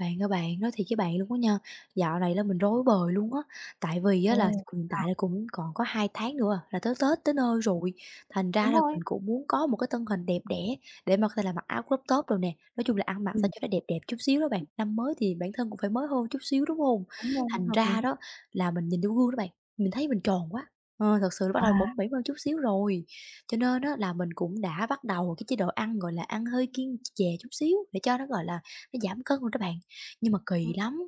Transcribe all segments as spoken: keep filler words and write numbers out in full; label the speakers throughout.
Speaker 1: Bạn ơi bạn, nói thiệt với bạn luôn á nha, dạo này là mình rối bời luôn á, tại vì á là
Speaker 2: Ồ.
Speaker 1: hiện tại là cũng còn có hai tháng nữa à, là tới Tết tới nơi rồi, thành ra
Speaker 2: Đúng
Speaker 1: là mình
Speaker 2: rồi.
Speaker 1: cũng muốn có một cái thân hình đẹp đẽ để mà có thể là mặc áo crop top rồi nè, nói chung là ăn mặc sao
Speaker 2: Ừm.
Speaker 1: cho nó đẹp đẹp chút xíu đó bạn, năm mới thì bản thân cũng phải mới hơn chút xíu, đúng không?
Speaker 2: Đúng rồi,
Speaker 1: Thành
Speaker 2: hợp
Speaker 1: ra
Speaker 2: lý.
Speaker 1: đó là mình nhìn vô gương đó bạn, mình thấy mình tròn quá, ờ, thật sự là bắt
Speaker 2: À.
Speaker 1: đầu bỏng bẻn hơn chút xíu rồi, cho nên á là mình cũng đã bắt đầu cái chế độ ăn, gọi là, ăn hơi kiêng chè chút xíu để cho nó, gọi là, nó giảm cân rồi đó bạn. Nhưng mà kỳ
Speaker 2: Ừm.
Speaker 1: lắm,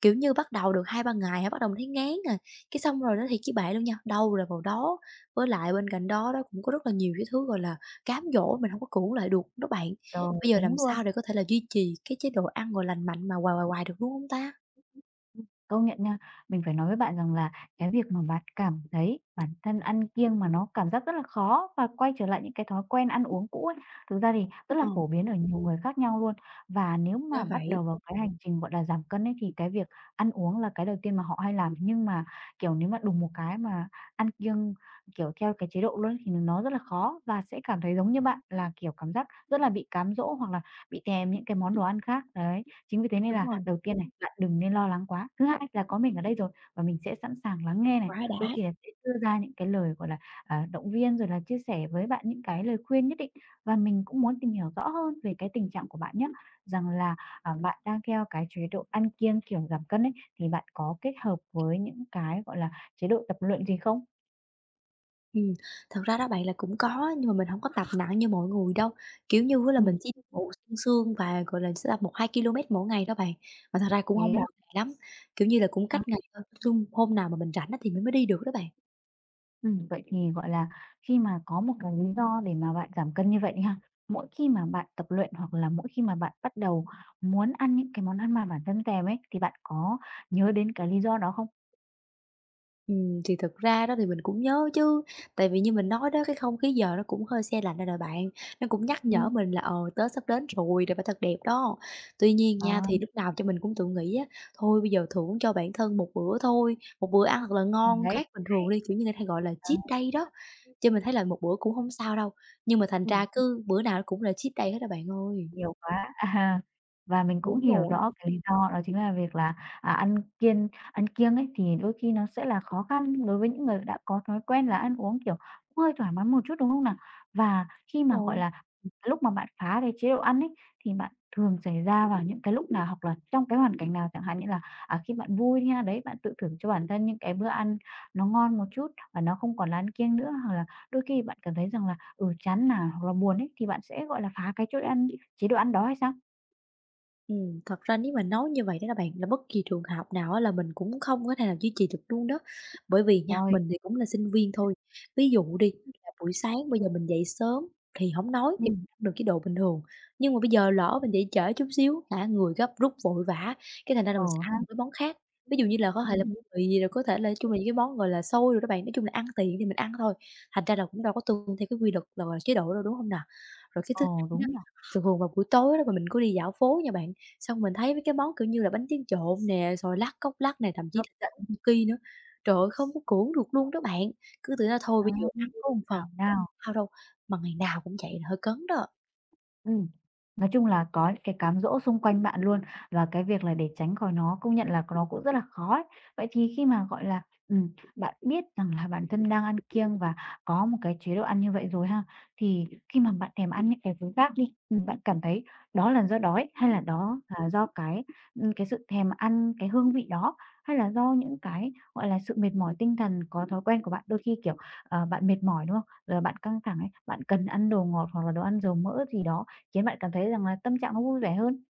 Speaker 1: kiểu như, bắt đầu được hai ba ngày hả, bắt đầu mình thấy ngán rồi cái xong rồi đó thì với bạn luôn nha, đâu rồi vào đó. Với lại bên cạnh đó đó cũng có rất là nhiều cái thứ, gọi là, cám dỗ mình không có cưỡng lại được đó bạn.
Speaker 2: Trời.
Speaker 1: Bây giờ làm
Speaker 2: Đúng luôn.
Speaker 1: sao để có thể là duy trì cái chế độ ăn, rồi lành mạnh mà hoài, hoài, hoài được, đúng không ta?
Speaker 2: Ừm, công nhận nha. Mình phải nói với bạn rằng là cái việc mà bạn cảm thấy bản thân ăn kiêng mà nó cảm giác rất là khó và quay trở lại những cái thói quen ăn uống cũ ấy, thực ra thì rất
Speaker 1: Ờ,
Speaker 2: là phổ biến ở nhiều người khác nhau luôn. Và nếu
Speaker 1: ra
Speaker 2: mà bắt
Speaker 1: vậy.
Speaker 2: đầu vào cái hành trình, gọi là, giảm cân ấy, thì cái việc ăn uống là cái đầu tiên mà họ hay làm. Nhưng mà, kiểu, nếu mà đùng một cái mà ăn kiêng, kiểu, theo cái chế độ luôn ấy, thì nó rất là khó và sẽ cảm thấy giống như bạn là, kiểu, cảm giác rất là bị cám dỗ hoặc là bị thèm những cái món đồ ăn khác, đấy. Chính vì thế nên
Speaker 1: Đúng
Speaker 2: là
Speaker 1: rồi,
Speaker 2: đầu tiên này, bạn đừng nên lo lắng quá. Thứ hai là có mình ở đây rồi và mình sẽ sẵn sàng lắng nghe này,
Speaker 1: quá
Speaker 2: đôi
Speaker 1: đã.
Speaker 2: khi là sẽ đưa ra những cái lời, gọi là, à, động viên rồi là chia sẻ với bạn những cái lời khuyên nhất định. Và mình cũng muốn tìm hiểu rõ hơn về cái tình trạng của bạn nhé rằng là, à, bạn đang theo cái chế độ ăn kiêng kiểu giảm cân ấy, thì bạn có kết hợp với những cái, gọi là, chế độ tập luyện gì không?
Speaker 1: Ừm, thật ra đó bạn là cũng có nhưng mà mình không có tập nặng như mọi người đâu, kiểu như á là
Speaker 2: Ừm,
Speaker 1: mình chỉ bộ xương xương và, gọi là, sẽ tập một hai ki-lô-mét mỗi ngày đó bạn, mà thật ra cũng không
Speaker 2: vậy á.
Speaker 1: mỗi ngày lắm, kiểu như là, cũng cách ngày thôi, nói chung hôm nào mà mình rảnh á thì mình mới đi được đó bạn.
Speaker 2: Ừm, vậy thì, gọi là, khi mà có một cái lý do để mà bạn giảm cân như vậy đi ha, mỗi khi mà bạn tập luyện hoặc là mỗi khi mà bạn bắt đầu muốn ăn những cái món ăn mà bản thân thèm ấy, thì bạn có nhớ đến cái lý do đó không?
Speaker 1: Ừm, thì thực ra đó thì mình cũng nhớ chứ, tại vì như mình nói đó, cái không khí giờ nó cũng hơi se lạnh rồi nè bạn, nó cũng nhắc nhở
Speaker 2: Ừm.
Speaker 1: mình là, ờ, Tết sắp đến rồi rồi phải thật đẹp đó. Tuy nhiên
Speaker 2: Ờ,
Speaker 1: nha, thì lúc nào cho mình cũng tự nghĩ á, thôi bây giờ thưởng cho bản thân một bữa thôi, một bữa ăn thật là ngon
Speaker 2: đấy,
Speaker 1: khác bình thường
Speaker 2: đấy,
Speaker 1: đi, kiểu như, người ta hay gọi là
Speaker 2: ờ.
Speaker 1: cheat day đó, cho mình thấy là một bữa cũng không sao đâu, nhưng mà thành
Speaker 2: Ừm.
Speaker 1: ra cứ bữa nào nó cũng là cheat day hết á bạn ơi.
Speaker 2: Nhiều quá, à, và mình cũng
Speaker 1: Đúng
Speaker 2: hiểu
Speaker 1: rồi,
Speaker 2: rõ cái lý do đó chính là việc là, à, ăn kiêng ăn kiêng ấy thì đôi khi nó sẽ là khó khăn đối với những người đã có thói quen là ăn uống, kiểu, cũng hơi thoải mái một chút, đúng không nào? Và khi
Speaker 1: đúng
Speaker 2: mà, gọi
Speaker 1: rồi.
Speaker 2: là, lúc mà bạn phá cái chế độ ăn ấy, thì bạn thường xảy ra vào những cái lúc nào hoặc là trong cái hoàn cảnh nào? Chẳng hạn như là, à, khi bạn vui nha, đấy, bạn tự thưởng cho bản thân những cái bữa ăn nó ngon một chút và nó không còn là ăn kiêng nữa, hoặc là đôi khi bạn cảm thấy rằng là Ừ, chán nản hoặc là buồn ấy, thì bạn sẽ, gọi là, phá cái chỗ ăn chế độ ăn đó hay sao?
Speaker 1: Ừm, thật ra nếu mà nói như vậy đó là bạn, là bất kỳ trường học nào á là mình cũng không có thể nào duy trì được luôn đó. Bởi vì nha,
Speaker 2: Rồi.
Speaker 1: mình thì cũng là sinh viên thôi. Ví dụ đi, là buổi sáng bây giờ mình dậy sớm thì không nói thì
Speaker 2: Ừm.
Speaker 1: được cái độ bình thường, nhưng mà bây giờ lỡ mình dậy trễ chút xíu, cả người gấp rút vội vã, cái thành ra là
Speaker 2: Ờ
Speaker 1: mình sẽ ăn
Speaker 2: ha.
Speaker 1: một cái món khác. Ví dụ như là có thể là
Speaker 2: Ừm.
Speaker 1: bánh mì, gì, rồi có thể là nói chung là những cái món, gọi là, xôi rồi các bạn, nói chung là ăn tiện thì mình ăn thôi, thành ra là cũng đâu có tuân theo cái quy luật là chế độ đâu, đúng không nào? Rồi cái thứ
Speaker 2: Ờ,
Speaker 1: hai
Speaker 2: đúng
Speaker 1: á,
Speaker 2: nhỉ.
Speaker 1: thường thường vào buổi tối đó mà mình có đi dạo phố nha bạn, xong mình thấy mấy cái món, kiểu như là, bánh tráng trộn nè, rồi lắc cốc lắc này thậm chí
Speaker 2: Hấp
Speaker 1: là
Speaker 2: dẫn.
Speaker 1: takoyaki nữa. Trời ơi, không có cưỡng được luôn đó bạn, cứ tưởng là thôi
Speaker 2: Đó,
Speaker 1: bây giờ ăn có một phần,
Speaker 2: thảo nào.
Speaker 1: sao đâu, mà ngày nào cũng vậy là hơi cấn đó.
Speaker 2: Ừm, nói chung là có những cái cám dỗ xung quanh bạn luôn, và cái việc là để tránh khỏi nó công nhận là nó cũng rất là khó ấy. Vậy thì khi mà, gọi là, ừm, bạn biết rằng là bản thân đang ăn kiêng và có một cái chế độ ăn như vậy rồi ha, thì khi mà bạn thèm ăn những cái thứ khác đi, ừm, bạn cảm thấy đó là do đói hay là đó là do cái, ừm, cái sự thèm ăn cái hương vị đó, hay là do những cái, gọi là, sự mệt mỏi tinh thần có thói quen của bạn? Đôi khi, kiểu, ờ, bạn mệt mỏi, đúng không? Rồi bạn căng thẳng ấy, bạn cần ăn đồ ngọt hoặc là đồ ăn dầu mỡ gì đó khiến bạn cảm thấy rằng là tâm trạng nó vui vẻ hơn.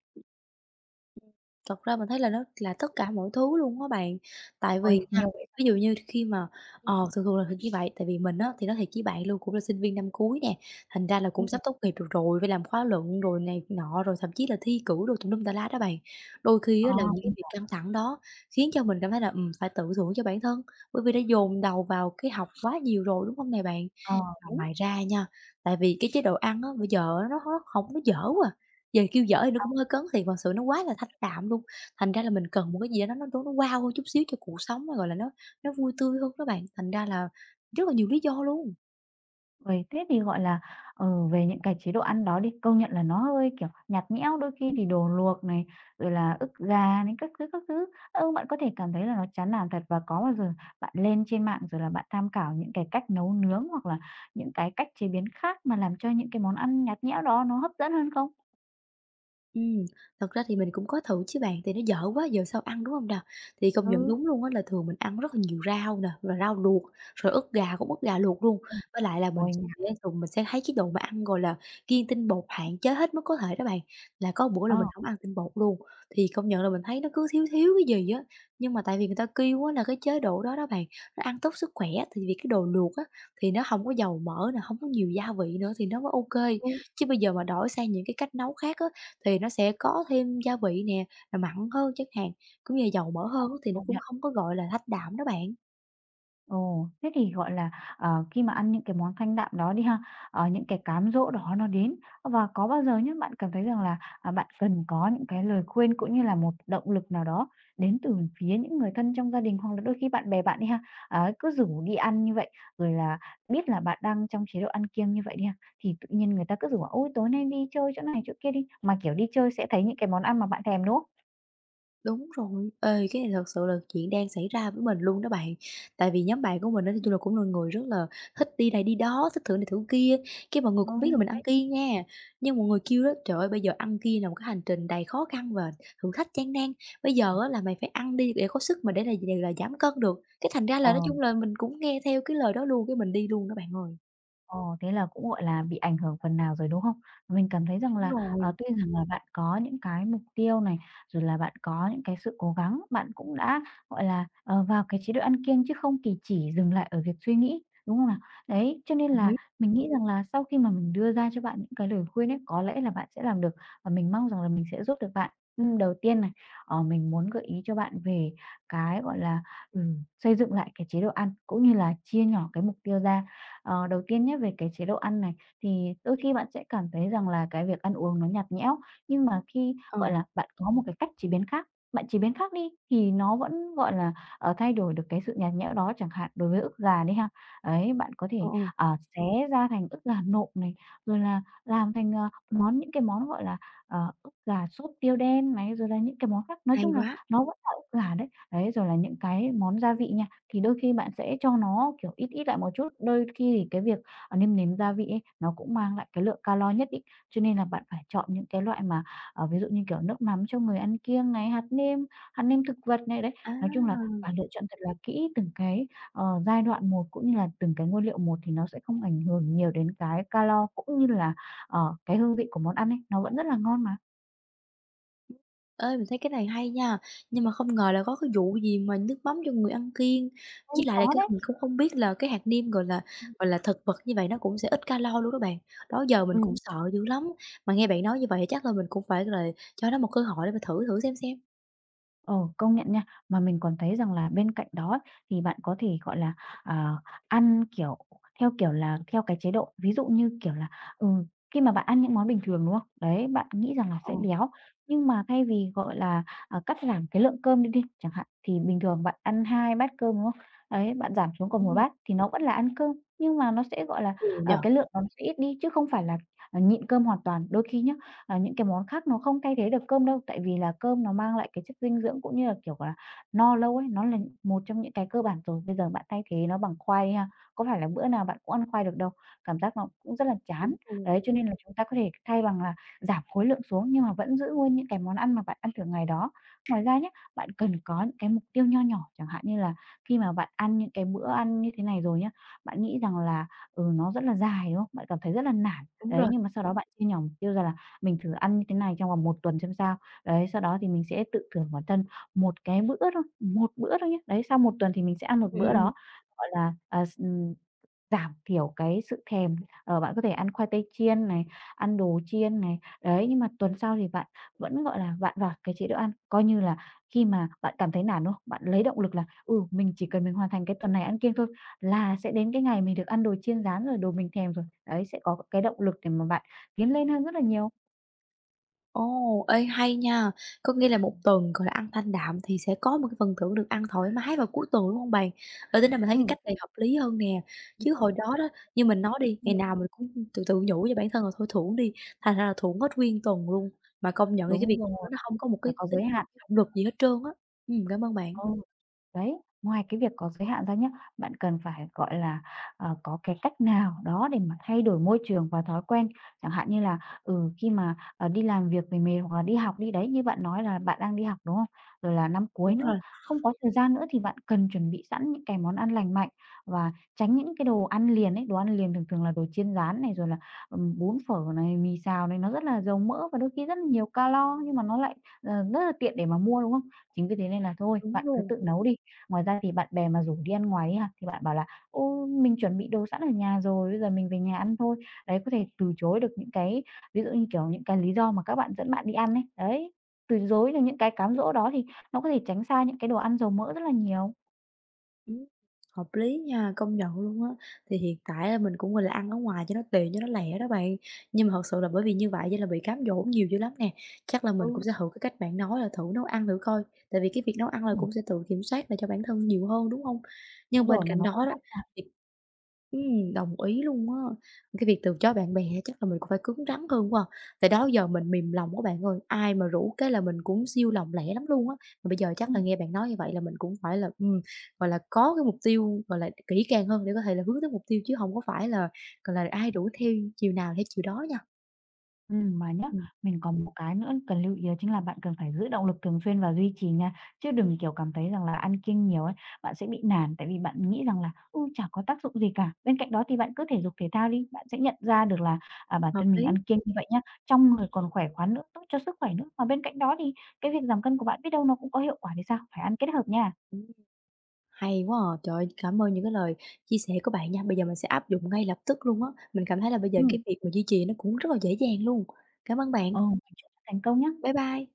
Speaker 1: Thật ra mình thấy là nó là tất cả mọi thứ luôn á bạn. Tại
Speaker 2: Ôi,
Speaker 1: vì nha,
Speaker 2: nhiều vậy.
Speaker 1: ví dụ như khi mà ờ, thường thường là thì như vậy, tại vì mình á, thì nói thiệt với bạn luôn cũng là sinh viên năm cuối nè, thành ra là cũng
Speaker 2: Ừm.
Speaker 1: sắp tốt nghiệp được rồi, phải làm khóa luận rồi này nọ, rồi thậm chí là thi cử rồi tùm lum tà lá đó bạn. Đôi khi
Speaker 2: Ờ,
Speaker 1: á là những cái
Speaker 2: mình
Speaker 1: việc
Speaker 2: hiểu.
Speaker 1: căng thẳng đó khiến cho mình cảm thấy là, ừm, phải tự thưởng cho bản thân, bởi vì đã dồn đầu vào cái học quá nhiều rồi, đúng không nè bạn?
Speaker 2: Ờ,
Speaker 1: Mà
Speaker 2: đúng.
Speaker 1: ngoài ra nha, tại vì cái chế độ ăn á, bây giờ á nó nó hổng nó dở quá, giờ kêu dở thì nó cũng hơi cấn thiệt, mà sự nó quá là thanh đạm luôn, thành ra là mình cần một cái gì đó nó nó nó wow hơn chút xíu cho cuộc sống, gọi là, nó nó vui tươi hơn đó bạn, thành ra là rất là nhiều lý do luôn.
Speaker 2: Rồi thế thì, gọi là, ừ, về những cái chế độ ăn đó đi, công nhận là nó hơi, kiểu, nhạt nhẽo, đôi khi thì đồ luộc này, rồi là ức gà này các thứ, các thứ. Ừ, bạn có thể cảm thấy là nó chán nản thật và có bao giờ bạn lên trên mạng rồi là bạn tham khảo những cái cách nấu nướng hoặc là những cái cách chế biến khác mà làm cho những cái món ăn nhạt nhẽo đó nó hấp dẫn hơn không?
Speaker 1: Ừm, thật ra thì mình cũng có thử chứ bạn, thì nó dở quá giờ sao ăn, đúng không nào? Thì công nhận
Speaker 2: Ừ.
Speaker 1: đúng luôn á là thường mình ăn rất là nhiều rau nè, rồi rau luộc, rồi ức gà cũng ức gà luộc luôn.
Speaker 2: Ừm.
Speaker 1: Với lại là mình
Speaker 2: Ôi
Speaker 1: sẽ
Speaker 2: nha.
Speaker 1: thường mình sẽ thấy cái độ mà ăn, gọi là, kiêng tinh bột hạn chế hết mức có thể đó bạn, là có bữa là
Speaker 2: Ờ,
Speaker 1: mình không ăn tinh bột luôn. Thì công nhận là mình thấy nó cứ thiếu thiếu cái gì á, nhưng mà tại vì người ta kêu á là cái chế độ đó đó bạn, nó ăn tốt sức khỏe, thì vì cái đồ luộc á thì nó không có dầu mỡ nè, không có nhiều gia vị nữa thì nó mới ok.
Speaker 2: ừ,
Speaker 1: Chứ bây giờ mà đổi sang những cái cách nấu khác á thì nó sẽ có thêm gia vị nè, là mặn hơn chẳng hạn, cũng như là dầu mỡ hơn á thì nó
Speaker 2: công
Speaker 1: cũng
Speaker 2: nhận.
Speaker 1: không có, gọi là, thách đạm đó bạn.
Speaker 2: Ồ, thế thì, gọi là, ờ, khi mà ăn những cái món thanh đạm đó đi ha, ờ, những cái cám dỗ đó nó đến, và có bao giờ nhé bạn cảm thấy rằng là, à, bạn cần có những cái lời khuyên cũng như là một động lực nào đó đến từ phía những người thân trong gia đình hoặc là đôi khi bạn bè bạn đi ha, ấy, cứ rủ đi ăn như vậy, rồi là biết là bạn đang trong chế độ ăn kiêng như vậy đi ha, thì tự nhiên người ta cứ rủ: bảo, "Ôi, tối nay đi chơi chỗ này chỗ kia đi." Mà, kiểu, đi chơi sẽ thấy những cái món ăn mà bạn thèm, đúng không?
Speaker 1: Đúng rồi, ê, cái này thật sự là chuyện đang xảy ra với mình luôn đó bạn. Tại vì nhóm bạn của mình á, nói chung là cũng là người rất là thích đi này đi đó, thích thử này thử kia, cái mọi người cũng biết là
Speaker 2: Đúng.
Speaker 1: mình ăn kiêng nha, nhưng mọi người kêu đó: "Trời ơi, bây giờ ăn kiêng là một cái hành trình đầy khó khăn và thử thách gian nan, bây giờ á là mày phải ăn đi để có sức mà để là để là giảm cân được." Cái thành ra
Speaker 2: Ờ.
Speaker 1: là nói chung là mình cũng nghe theo cái lời đó luôn, cái mình đi luôn đó bạn ơi.
Speaker 2: Ồ, thế là cũng, gọi là, bị ảnh hưởng phần nào rồi, đúng không? Mình cảm thấy rằng
Speaker 1: Đúng
Speaker 2: là, ờ,
Speaker 1: rồi,
Speaker 2: tuy rằng là bạn có những cái mục tiêu này, rồi là bạn có những cái sự cố gắng, bạn cũng đã, gọi là, ờ, vào cái chế độ ăn kiêng chứ không kỳ chỉ dừng lại ở việc suy nghĩ, đúng không nào? Đấy, cho nên
Speaker 1: đồng
Speaker 2: là
Speaker 1: ý.
Speaker 2: mình nghĩ rằng là sau khi mà mình đưa ra cho bạn những cái lời khuyên ấy, có lẽ là bạn sẽ làm được và mình mong rằng là mình sẽ giúp được bạn. Ừm, đầu tiên này, ờ, mình muốn gợi ý cho bạn về cái, gọi là, ừm, xây dựng lại cái chế độ ăn cũng như là chia nhỏ cái mục tiêu ra. Ờ, đầu tiên nhé về cái chế độ ăn này, thì đôi khi bạn sẽ cảm thấy rằng là cái việc ăn uống nó nhạt nhẽo, nhưng mà khi,
Speaker 1: Ờ,
Speaker 2: gọi là, bạn có một cái cách chế biến khác, bạn chế biến khác đi thì nó vẫn, gọi là, ờ, thay đổi được cái sự nhạt nhẽo đó. Chẳng hạn đối với ức gà đi ha, ấy, bạn có
Speaker 1: ừ,
Speaker 2: thể,
Speaker 1: ừ,
Speaker 2: ờ, xé ra thành ức gà nộm này, rồi là làm thành, ờ, món những cái món, gọi là, ờ, ức gà sốt tiêu đen này, rồi là những cái món khác. Nói
Speaker 1: hay
Speaker 2: chung là
Speaker 1: quá.
Speaker 2: nó vẫn là ức gà đấy, đấy, rồi là những cái món gia vị nha, thì đôi khi bạn sẽ cho nó, kiểu, ít ít lại một chút, đôi khi thì cái việc, à, nêm nếm gia vị ấy, nó cũng mang lại cái lượng calo nhất định, cho nên là bạn phải chọn những cái loại mà, ờ, ví dụ như, kiểu, nước mắm cho người ăn kiêng này, hạt nêm, hạt nêm thực vật này, đấy.
Speaker 1: À!
Speaker 2: Nói chung là bạn lựa chọn thật là kỹ từng cái, ờ, giai đoạn một cũng như là từng cái nguyên liệu một thì nó sẽ không ảnh hưởng nhiều đến cái calo cũng như là, ờ, cái hương vị của món ăn ấy, nó vẫn rất là ngon mà.
Speaker 1: Ơi mình thấy cái này hay nha, nhưng mà không ngờ là có cái vụ gì mà nước mắm cho người ăn kiêng, chỉ
Speaker 2: Cũng
Speaker 1: lại là
Speaker 2: có
Speaker 1: cái
Speaker 2: đấy.
Speaker 1: mình cũng không biết là cái hạt niêm, gọi là, gọi là, thực vật như vậy nó cũng sẽ ít calo luôn đó bạn. Đó giờ mình
Speaker 2: Ừ.
Speaker 1: cũng sợ dữ lắm, mà nghe bạn nói như vậy chắc là mình cũng phải là cho nó một cơ hội để mà thử thử xem xem.
Speaker 2: Ồ, công nhận nha. Mà mình còn thấy rằng là bên cạnh đó thì bạn có thể, gọi là, ờ, ăn, kiểu, theo kiểu là theo cái chế độ, ví dụ như, kiểu là, ừ, khi mà bạn ăn những món bình thường, đúng không? Đấy, bạn nghĩ rằng là
Speaker 1: Ờ,
Speaker 2: sẽ béo, nhưng mà thay vì, gọi là, à, cắt giảm cái lượng cơm đi đi chẳng hạn, thì bình thường bạn ăn hai bát cơm, đúng không? Đấy, bạn giảm xuống còn
Speaker 1: đúng
Speaker 2: một
Speaker 1: rồi,
Speaker 2: bát thì nó vẫn là ăn cơm, nhưng mà nó sẽ, gọi là,
Speaker 1: ừ nhỉ,
Speaker 2: ờ, cái lượng nó sẽ ít đi chứ không phải là, à, nhịn cơm hoàn toàn. Đôi khi nhá, à, những cái món khác nó không thay thế được cơm đâu. Tại vì là cơm nó mang lại cái chất dinh dưỡng cũng như là, kiểu là, no lâu ấy, nó là một trong những cái cơ bản rồi. Bây giờ bạn thay thế nó bằng khoai ha, có phải là bữa nào bạn cũng ăn khoai được đâu, cảm giác nó cũng rất là chán.
Speaker 1: ừ,
Speaker 2: Đấy, cho nên là chúng ta có thể thay bằng là giảm khối lượng xuống nhưng mà vẫn giữ nguyên những cái món ăn mà bạn ăn thường ngày đó. Ngoài ra nhé, bạn cần có những cái mục tiêu nho nhỏ, chẳng hạn như là khi mà bạn ăn những cái bữa ăn như thế này rồi nhé, bạn nghĩ rằng là, ừ, nó rất là dài, đúng không? Bạn cảm thấy rất là nản.
Speaker 1: đúng
Speaker 2: Đấy,
Speaker 1: rồi.
Speaker 2: nhưng mà sau đó bạn chia nhỏ mục tiêu ra là mình thử ăn như thế này trong vòng một tuần xem sao. Đấy, sau đó thì mình sẽ tự thưởng bản thân một cái bữa thôi, một bữa thôi nhé. Đấy, sau một tuần thì mình sẽ ăn một
Speaker 1: Ừm, ừm,
Speaker 2: bữa
Speaker 1: ừm.
Speaker 2: đó, gọi là, à, s ừm, giảm thiểu cái sự thèm. Ờ, bạn có thể ăn khoai tây chiên này, ăn đồ chiên này, đấy, nhưng mà tuần sau thì bạn vẫn, gọi là, bạn vào cái chế độ ăn, coi như là khi mà bạn cảm thấy nản, đúng không? Bạn lấy động lực là, ừ, mình chỉ cần mình hoàn thành cái tuần này ăn kiêng thôi là sẽ đến cái ngày mình được ăn đồ chiên rán rồi, đồ mình thèm rồi. Đấy, sẽ có cái động lực để mà bạn tiến lên hơn rất là nhiều.
Speaker 1: Ồ, ê, hay nha! Có nghĩa là một tuần, gọi là, ăn thanh đạm thì sẽ có một cái phần thưởng được ăn thoải mái vào cuối tuần, đúng không bạn? Ê, tính ra mình thấy cái
Speaker 2: Ừm.
Speaker 1: cách này hợp lý hơn nè, chứ hồi đó đó, như mình nói đi, ngày
Speaker 2: Ừm,
Speaker 1: nào mình cũng tự tự nhủ cho bản thân là thôi thưởng đi, thành ra là thưởng hết nguyên tuần luôn, mà công nhận thì cái việc
Speaker 2: đúng
Speaker 1: đó
Speaker 2: rồi,
Speaker 1: nó không có một cái
Speaker 2: phải có
Speaker 1: tính
Speaker 2: giới
Speaker 1: động
Speaker 2: hạn.
Speaker 1: lực gì hết trơn á. Ừm, cảm ơn bạn.
Speaker 2: Ừ. Đấy, ngoài cái việc có giới hạn ra nhé bạn cần phải, gọi là, ờ, có cái cách nào đó để mà thay đổi môi trường và thói quen. Chẳng hạn như là, ừ, khi mà, ờ, đi làm việc về mệt hoặc là đi học đi, đấy, như bạn nói là bạn đang đi học, đúng không? Rồi là năm cuối
Speaker 1: Đúng
Speaker 2: nữa,
Speaker 1: rồi,
Speaker 2: không có thời gian nữa thì bạn cần chuẩn bị sẵn những cái món ăn lành mạnh và tránh những cái đồ ăn liền ấy. Đồ ăn liền thường thường là đồ chiên rán này, rồi là, ừm, bún phở này, mì xào này, nó rất là giàu mỡ và đôi khi rất là nhiều calo nhưng mà nó lại, ờ, rất là tiện để mà mua, đúng không? Chính vì thế nên là thôi,
Speaker 1: đúng
Speaker 2: bạn cứ
Speaker 1: luôn.
Speaker 2: tự nấu đi. Ngoài ra thì bạn bè mà rủ đi ăn ngoài ấy ha, thì bạn bảo là "Ô, mình chuẩn bị đồ sẵn ở nhà rồi, bây giờ mình về nhà ăn thôi." Đấy, có thể từ chối được những cái ví dụ như, kiểu, những cái lý do mà các bạn dẫn bạn đi ăn ấy, đấy, từ chối được những cái cám dỗ đó thì nó có thể tránh xa những cái đồ ăn dầu mỡ rất là nhiều.
Speaker 1: Ừm, hợp lý nha, công nhận luôn á. Thì hiện tại là mình cũng, gọi là, ăn ở ngoài cho nó tiện, cho nó lẹ đó bạn. Nhưng mà thật sự là bởi vì như vậy nên là bị cám dỗ nhiều dữ lắm nè. Chắc là mình cũng
Speaker 2: Ừ.
Speaker 1: sẽ thử cái cách bạn nói là thử nấu ăn thử coi, tại vì cái việc nấu ăn là cũng sẽ tự kiểm soát lại cho bản thân nhiều hơn, đúng không? Nhưng
Speaker 2: Đúng
Speaker 1: bên
Speaker 2: rồi, mà
Speaker 1: cạnh
Speaker 2: nó
Speaker 1: đó
Speaker 2: còn.
Speaker 1: đó thì ừm, đồng ý luôn á. Cái việc từ chối bạn bè chắc là mình cũng phải cứng rắn hơn quá à. Tại đó giờ mình mềm lòng quá bạn ơi, ai mà rủ cái là mình cũng siêu lòng lẻ lắm luôn á. Mà bây giờ chắc là
Speaker 2: Ừm.
Speaker 1: nghe bạn nói như vậy là mình cũng phải là, ừm, gọi là, có cái mục tiêu, gọi là, kỹ càng hơn để có thể là hướng tới mục tiêu chứ không có phải là, gọi là, ai đuổi theo chiều nào theo chiều đó nha.
Speaker 2: Ừ mà nhá,
Speaker 1: Ừm,
Speaker 2: mình còn một cái nữa cần lưu ý đó chính là bạn cần phải giữ động lực thường xuyên và duy trì nha, chứ đừng, kiểu, cảm thấy rằng là ăn kiêng nhiều ấy, bạn sẽ bị nản, tại vì bạn nghĩ rằng là, ừ, chả có tác dụng gì cả. Bên cạnh đó thì bạn cứ thể dục thể thao đi, bạn sẽ nhận ra được là, à, bản
Speaker 1: hợp
Speaker 2: thân mình
Speaker 1: lý.
Speaker 2: ăn kiêng như vậy nhá, trong rồi còn khỏe khoắn nữa, tốt cho sức khỏe nữa. Mà bên cạnh đó thì cái việc giảm cân của bạn biết đâu nó cũng có hiệu quả thì sao? Phải ăn kết hợp nha.
Speaker 1: Ừm, hay quá à. Trời ơi, cảm ơn những cái lời chia sẻ của bạn nha. Bây giờ mình sẽ áp dụng ngay lập tức luôn á. Mình cảm thấy là bây giờ
Speaker 2: Ừm,
Speaker 1: cái việc mà duy trì nó cũng rất là dễ dàng luôn. Cảm ơn bạn.
Speaker 2: ừ, chúc bạn thành công nhá.
Speaker 1: Bye bye.